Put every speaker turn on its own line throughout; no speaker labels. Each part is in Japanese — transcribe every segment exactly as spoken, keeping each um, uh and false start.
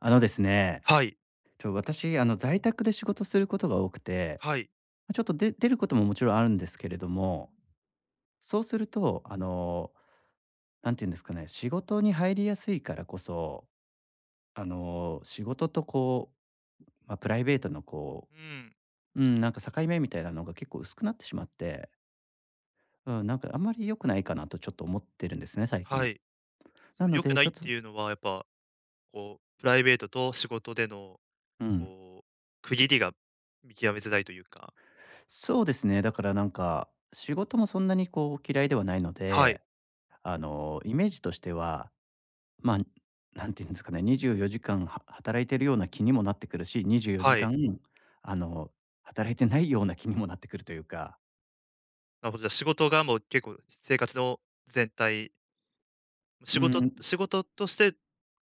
あのですね、
はい。
ちょ、私、あの、在宅で仕事することが多くて、
はい。
ま、ちょっとで出ることももちろんあるんですけれども、そうすると、あの、なんて言うんですかね、仕事に入りやすいからこそ、あの、仕事とこう、まあ、プライベートのこ
うん。
う、うん、なんか境目みたいなのが結構薄くなってしまって、うん、なんかあんまり良くないかなとちょっと思ってるんですね、最
は
近。
い。そ
な
う、
の
良く
で、
な
ち
い
ょ
っ
っと
ていうのは、やっぱ、こう、プライベートと仕事での、
うん、
こう、区切りが見極めづらいというか。
そうですね、だからなんか、仕事もそんなにこう嫌いではないの
はい。
で、あの、イメージとしては、まあ、んていうんですかね、にじゅうよじかんは働いてるような気にもなってくるし、24
は
時
い。
間、あの、働いてないような気にもなってくるというか、
なるほど、じゃあ、仕事がもう結構生活の全体、
う
仕事
ん、
仕事として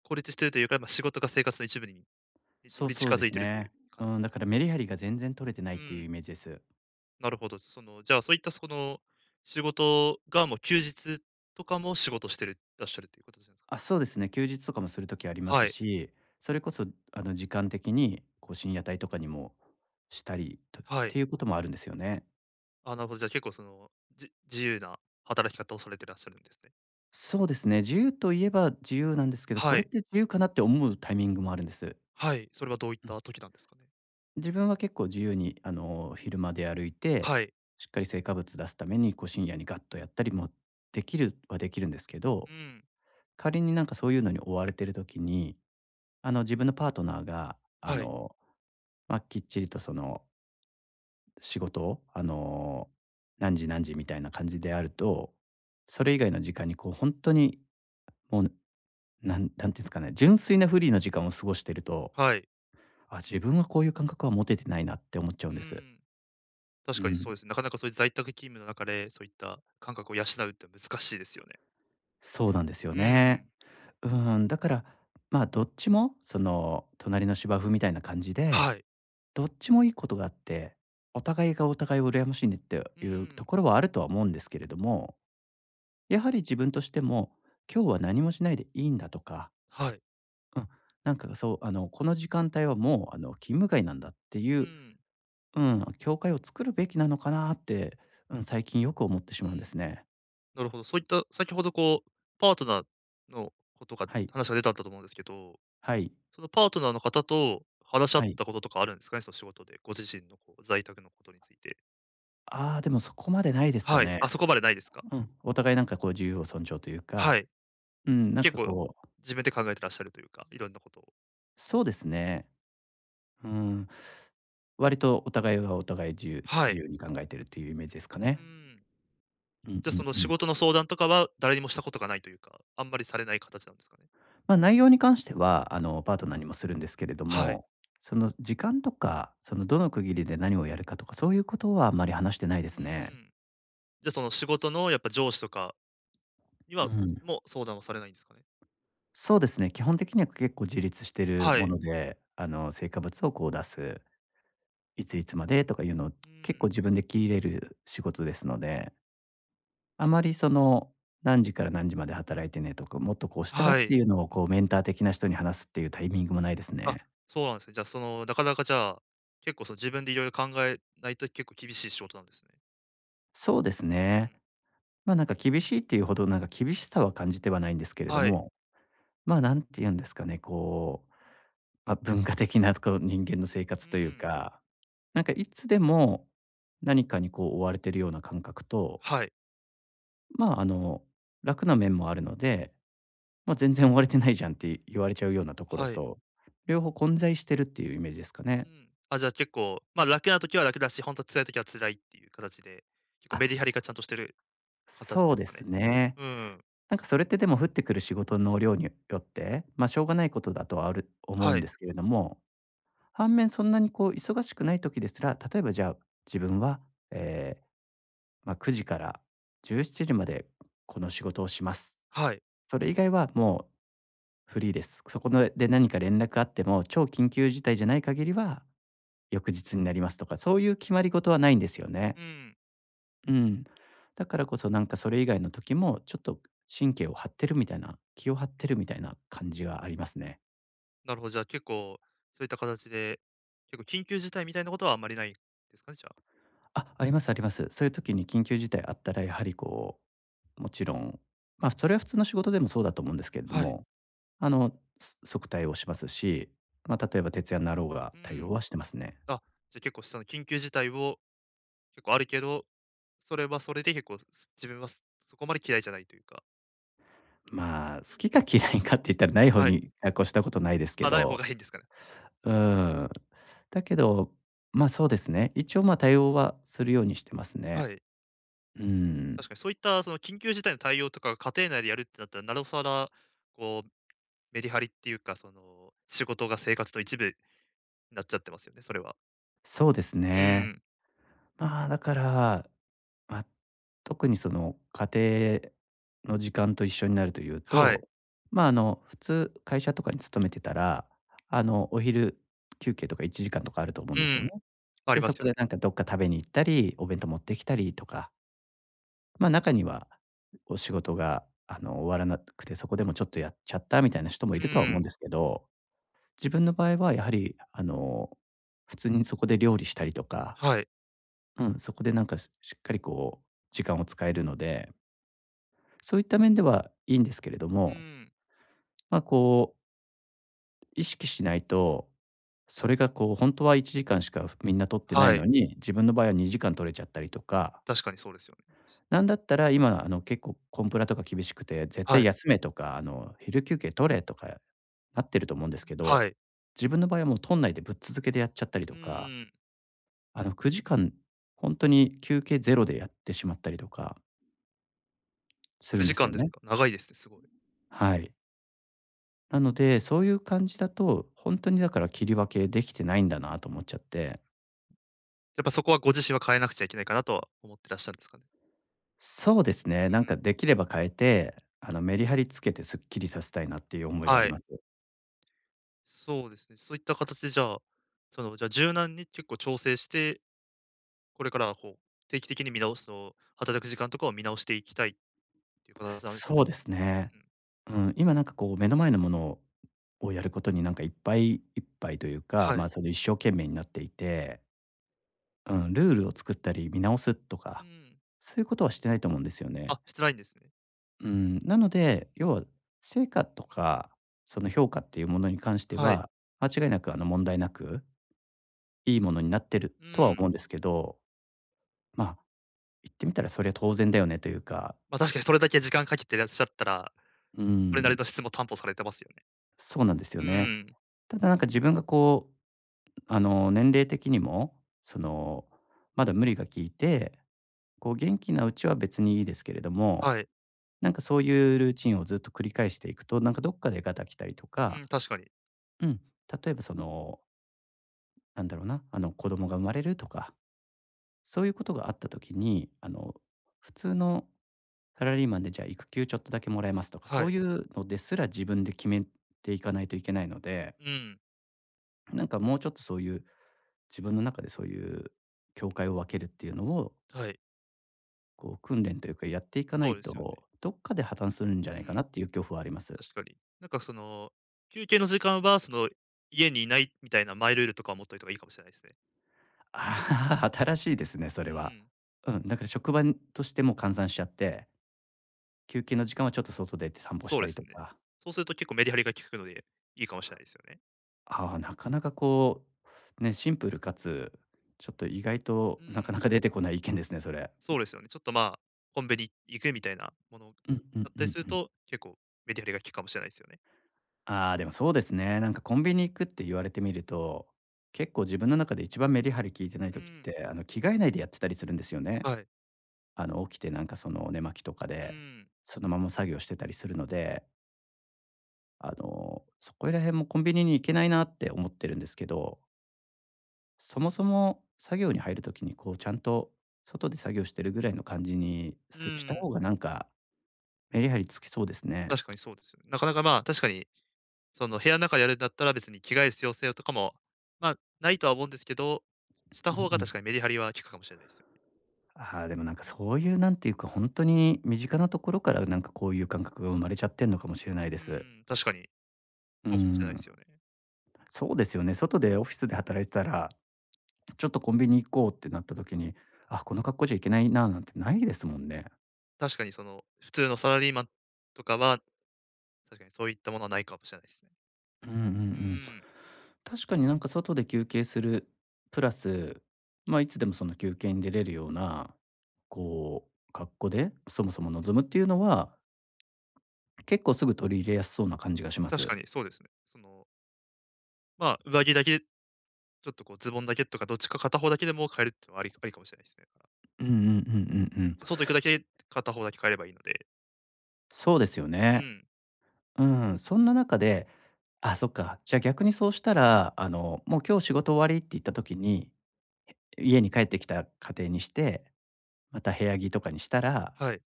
孤立してるというか、まあ、仕事が生活の一部に
そ
よ
う
り
そう
近
で
づ
す
いてるという
ね。
感じで
う
す
ん、
か
だ
ね。
からメリハリが全然取れてない
う
っていう
ん、
イメージです。
なるほど。その、じゃあ、そういったその、仕事がもう休日とかも仕事してるらっしゃるということじゃないですか？
あ、そうですね、休日とかもするときありま
は
す
い。
し、それこそあの、時間的にこう深夜帯とかにもしたりとっ
はい。
ていうこともあるんですよね。
あ、なるほど。じゃあ結構その、じ自由な働き方をされてらっしゃるんですね。
そうですね、自由といえば自由なんですけど、こ
は
れっ
い。
て自由かなって思うタイミングもあるんです。
はい。それはどういっ
うん、
た時なんですかね？
自分は結構自由にあの昼間で歩いて、
はい。
しっかり成果物出すためにこう深夜にガッとやったりもできるはできるんですけど、
うん。
仮になんかそういうのに追われてる時に、あの自分のパートナーがあ
はい。
の、まあ、きっちりとその仕事をあの何時何時みたいな感じであると、それ以外の時間にこう本当にもう、なんなんていうんですかね、純粋なフリーの時間を過ごしてると、
はい。
あ、自分はこういう感覚は持ててないなって思っちゃう
う
んです。
ん。確
う
かにそう
ん、
ですね。なかなかそういう在宅勤務の中で、そういった感覚を養うって難しいですよね。
そうなんですよ
う
ね。
ん。
うん、だから、まあ、どっちも、その、隣の芝生みたいな感じ
は
で、
い。
どっちもいいことがあって、お互いがお互いを羨ましいねって
う
いうと
ん。
ころはあるとは思うんですけれども、やはり自分としても、今日は何もしないでいいんだとか、
はい。
うん、なんかそう、あの、この時間帯はもう、あの、勤務外なんだってい
う
う、
ん。
うん、教会を作るべきなのかなって、うん、最近よく思ってし
う
まうんで
ん。
すね。
なるほど。そういった先ほどこう、パートナーのことが
はい、
話が出たと思うんですけど、
はい、
そのパートナーの方と話し合
は
っ
い。
たこととかあるんですかね？その仕事で、ご自身のこう在宅のことについて。
ああ、でもそこまでないですか
はい。
ね。
あ、そこまでないですか？
うん。お互いなんかこう自由を尊重というか、
はい。
うん、なん
結
か
構
こう、
自分で考えてらっしゃるというか、いろんなことを。
そうですね。うん。割とお互いがお互い自由
は
自
い。
由に考えてるっていうイメージですか
う
ね。
ん。
うん
じゃ、あ
う
そ
ん
の
う
仕
ん。
事の相談とかは誰にもしたことがないというか、あんまりされない形なんですかね？
ま、内容に関しては、あの、パートナーにもするんですけれど
はい。
も、その時間とか、そのどの区切りで何をやるかとか、そういうことはあんまり話してないで
う
すね。
ん。じゃ、あその仕事のやっぱ上司とかに
う
は
ん。
も相談はされないんですかね？
そうですね、基本的には結構自立してる
は
も
い。
ので、あの、成果物をこう出す。いついつまでとかいうのを
うん。
結構自分で切れる仕事ですので、あまりその、何時から何時まで働いてねとか、もっとこうしたらっ
は
て
い。
いうのをこうメンター的な人に話すっていうタイミングもないです
あ、
ね。
そうなんですね。じゃ、あその、なかなかじゃあ、結構その自分でいろいろ考えないと結構厳しい仕事なんですね。
そうです
う
ね。
ん。
まあ、なんか厳しいっていうほどなんか厳しさは感じてはないんですけれど
はい。
も、まあ、んて言うんですかね、こう、まあ、文化的なこう人間の生
う
活という
ん。
か、なんかいつでも何かにこう追われてるような感覚と、
はい、
まあ、あの、楽な面もあるので、まあ、全然追われてないじゃんって言われちゃうようなところ
はい。
と、両方混在してるっていうイメージですか
う
ね。
ん。あ、じゃあ結構、ま、楽な時は楽だし、本当辛い時は辛いっていう形で、結構メリ
あ、
ハリがちゃんとしてる形
そう
です
で
か
す
ね？
ね。
うん。
なんかそれってでも降ってくる仕事の量によって、ま、しょうがないことだとはある思う
は
んで
い。
すけれども、反面そんなにこう忙しくない時ですら、例えばじゃあ、自分は、ええ、まあ、くじからじゅうしちじまでこの仕事をします。
はい。
それ以外はもうフリーです。そこので何か連絡あっても、超緊急事態じゃない限りは翌日になりますとか、そういう決まり事はないんですよね。
うん。
うん。だからこそなんかそれ以外の時も、ちょっと神経を張ってるみたいな、気を張ってるみたいな感じがありますね。
なるほど、じゃあ結構、そういった形で、結構緊急事態みたいなことはあんまりないですかね、じゃあ。
あ、ありますあります。そういう時に緊急事態あったらやはりこう、もちろん、ま、それは普通の仕事でもそうだと思うんですけれど
はい。
も、あの、そ即対応しますし、ま、例えば徹夜になろうが
う
対応
ん。
はしてますね。
あ、じゃあ結構その緊急事態を結構あるけど、それはそれで結構、す自分はそそこまで嫌いじゃないというか、
まあ、好きか嫌いかって言ったらない方
はい。
に、あ、越したことないですけ
ま、ない方
ど。
がいいんですかね？
うん。だけど、ま、そうですね。一応、ま、対応はするようにしてますね。
はい。
うん。
確かにそういったその緊急事態の対応とかが家庭内でやるってなったら、なおさら、こう、メリハリっていうか、その、仕事が生活の一部になっちゃってますよね、それは。
そうです
う
ね。
ん。
まあ、だから、まあ、特にその家庭の時間と一緒になるという
はい。
と、ま、ああの、普通会社とかに勤めてたら、あの、お昼休憩とかいちじかんとかあると思うん
う
ですよね。
ん。あ
で、
りま
そ
す
こ
よ
で
ね。
なんかどっか食べに行ったり、お弁当持ってきたりとか、ま、中には、お仕事が、あの、終わらなくて、そこでもちょっとやっちゃったみたいな人もい
う
るとは思う
ん。
んですけど、自分の場合はやはり、あの、普通にそこで料理したりとか、
はい。
うん、そこでなんかししっかりこう時間を使えるので、そういった面ではいいんですけれど
う
も、
ん。
ま、こう意識しないと、それがこうほんはいちじかんしかみんな取ってない
は
の
い。
に、自分の場合はにじかん取れちゃったりとか。
確かにそうですよね。
なんだったら今、あの、結構コンプラとか厳しくて、絶
は
対
い。
休めとか、あの、昼休憩取れとかなってると思うんですけど、
はい。
自分の場合はもう取んないでぶっ続けでやっちゃったりと
う
か、
ん。
あの、くじかん本当に休憩ゼロでやってしまったりとかするんで
9
す
時間
よ
です
ね。
か。長いですね、すごい。
はい。なので、そういう感じだと、本当にだから切り分けできてないんだなと思っちゃって。
やっぱそこはご自身は変えなくちゃいけないかなとは思ってらっしゃるんですかね。
そうですね、なん
うん。
かできれば変えて、あの、メリハリつけてすっきりさせたいなっていう思いがあり
はい。
ます。
そうですね。そういった形でじゃあ、その、じゃあ柔軟に結構調整してこれからはこう、定期的に見直すのを働く時間とかを見直していきたいっていう形なんですか
そう
ね？
ですね。
うん。
うん、今なんかこう目の前のものををやることになんかいっぱいいっぱいというか、
は
まあ、
い。
その一生懸命になっていて、うん、ルールを作ったり見直すと
う
か、
ん。
そういうことはしてないと思うんですよね。
あ、してないんですね。
うん、なので、要は成果とか、その評価っていうものに関して
はい。
は、間違いなくあの問題なく、いいものになってる
う
とは
ん。
思うんですけど、まあ、言ってみたらそれは当然だよねというか、
ま、確かにそれだけ時間かけていらっしゃったら、
う
それなり
ん、
の質も担保されてますよね。
そうなんです
う
よ
ー
ね。
ん。
ただなんか自分がこうあの、年齢的にも、その、まだ無理がきいて、こう元気なうちは別にいいですけれども、
はい。
なんかそういうルーチンをずっと繰り返していくと、なんかどっかでガタきたりと
う
か、
ん、確かに。
うん、例えばその、なんだろうな、あの子供が生まれるとか、そういうことがあった時に、あの、普通のサラリーマンでじゃあ育休ちょっとだけもらえますとか、
は
そう
い。
いうのですら自分で決めていかないといけないので、
うん。
なんかもうちょっとそういう、自分の中でそういう境界を分けるっていうのを、
はい。
こう訓練というかやっていかな
そ
い
うですよ
と、
ね。
どっかで破綻するんじゃ
う
ないかな
ん、
っていう恐怖はあります。
確かに。なんかその、休憩の時間はその、家にいないみたいなマイルールとかを持っといた方がいいかもしれないですね。
ああ、新しいですね、そ
う
れは。
ん、
うん、だから職場としても換算しちゃって、休憩の時間はちょっと外出て散歩し
そう
た
で
りと
すね。
か。
そうすると結構メリハリが効くので、いいかもしれないですよね。
ああ、なかなかこう、ね、シンプルかつ、ちょっと意外と
う
なか
ん。
なか出てこない意見ですね、それ。
そうですよね。ちょっと、まあ、コンビニ行くみたいなもの
うんう
だ
ん
っ
う
たり
ん
する
うん。
と、結構メディハリが効くかもしれないですよね。
ああ、でもそうですね。なんかコンビニ行くって言われてみると、結構自分の中で一番メリハリ効いてない
う
時っ
ん。
て、あの、着替えないでやってたりするんですよね。
はい。
あの、起きてなんかその寝巻きとか
う
で、
ん。
そのまま作業してたりするので、あの、そこら辺もコンビニに行けないなって思ってるんですけど、そもそも作業に入る時にこうちゃんと外で作業してるぐらいの感じに
う
すした方
ん。
がなんかメリハリつきそうですね。
確かにそうですよね。なかなか、まあ、確かに、その、部屋の中でやるんだったら別に着替える必要性とかも、まあ、ないとは思うんですけど、した
う
方
ん
が
うん。
確かにメリハリは効くかもしれないですよね。
ああ、でもなんかそういうなんていうか、本当に身近なところからなんかこういう感覚が生まれちゃってんのかもしれない
う
です。
ん。確かに、
う
そうかもしれないで
ん、
すよね。
そうですよね。外でオフィスで働いてたら、ちょっとコンビニ行こうってなった時に、あ、この格好じゃいけないななんてないですもんね。
確かに、その、普通のサラリーマンとかは、確かにそういったものはないかもしれないですね。
うんうんう
う
ん。
ん。
確かになんか外で休憩する、プラス、ま、いつでもその休憩に出れるような、こう、格好で、そもそも望むっていうのは、結構すぐ取り入れやすそうな感じがしま
確
す。
かにそうですね。その、まあ、上着だけちょっとこうズボンだけとか、どっちか片方だけでも変えるってのはありありかもしれないですね。
うんうんうんうんうん。
外行くだけ、片方だけ変えればいいので。
そうですよ
う
ね。
ん。
うん、そんな中で、あ、そっか、じゃあ逆にそうしたら、あの、もう今日仕事終わりって言った時に、家に帰ってきた家庭にして、また部屋着とかにしたら、
はい。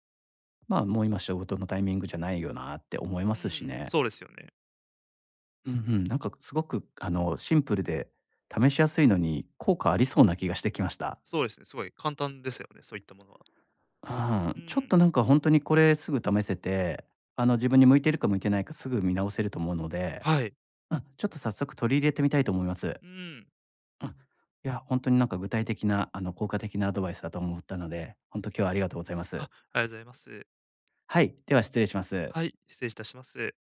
まあもう今仕事のタイミングじゃないよなって思いま
う
すし
ん、
ね。
そうですよね。
うんうん、なんかすごくあのシンプルで試しやすいのに効果ありそうな気がしてきました。
そうですね、すごい簡単ですよね、そういったものは。
う
う
ん、ちょっ
ん。
となんか本当にこれすぐ試せて、あの自分に向いてるか向いてないかすぐ見直せると思うので、
はい。
うん、ちょっと早速取り入れてみたいと思います。
うん。
うん。いや、本当になんか具体的な、あの、効果的なアドバイスだと思ったので、本当今日はありがとうございま
あ、あ
す。
りがとうございます。
はい、では失礼します。
はい、失礼いたします。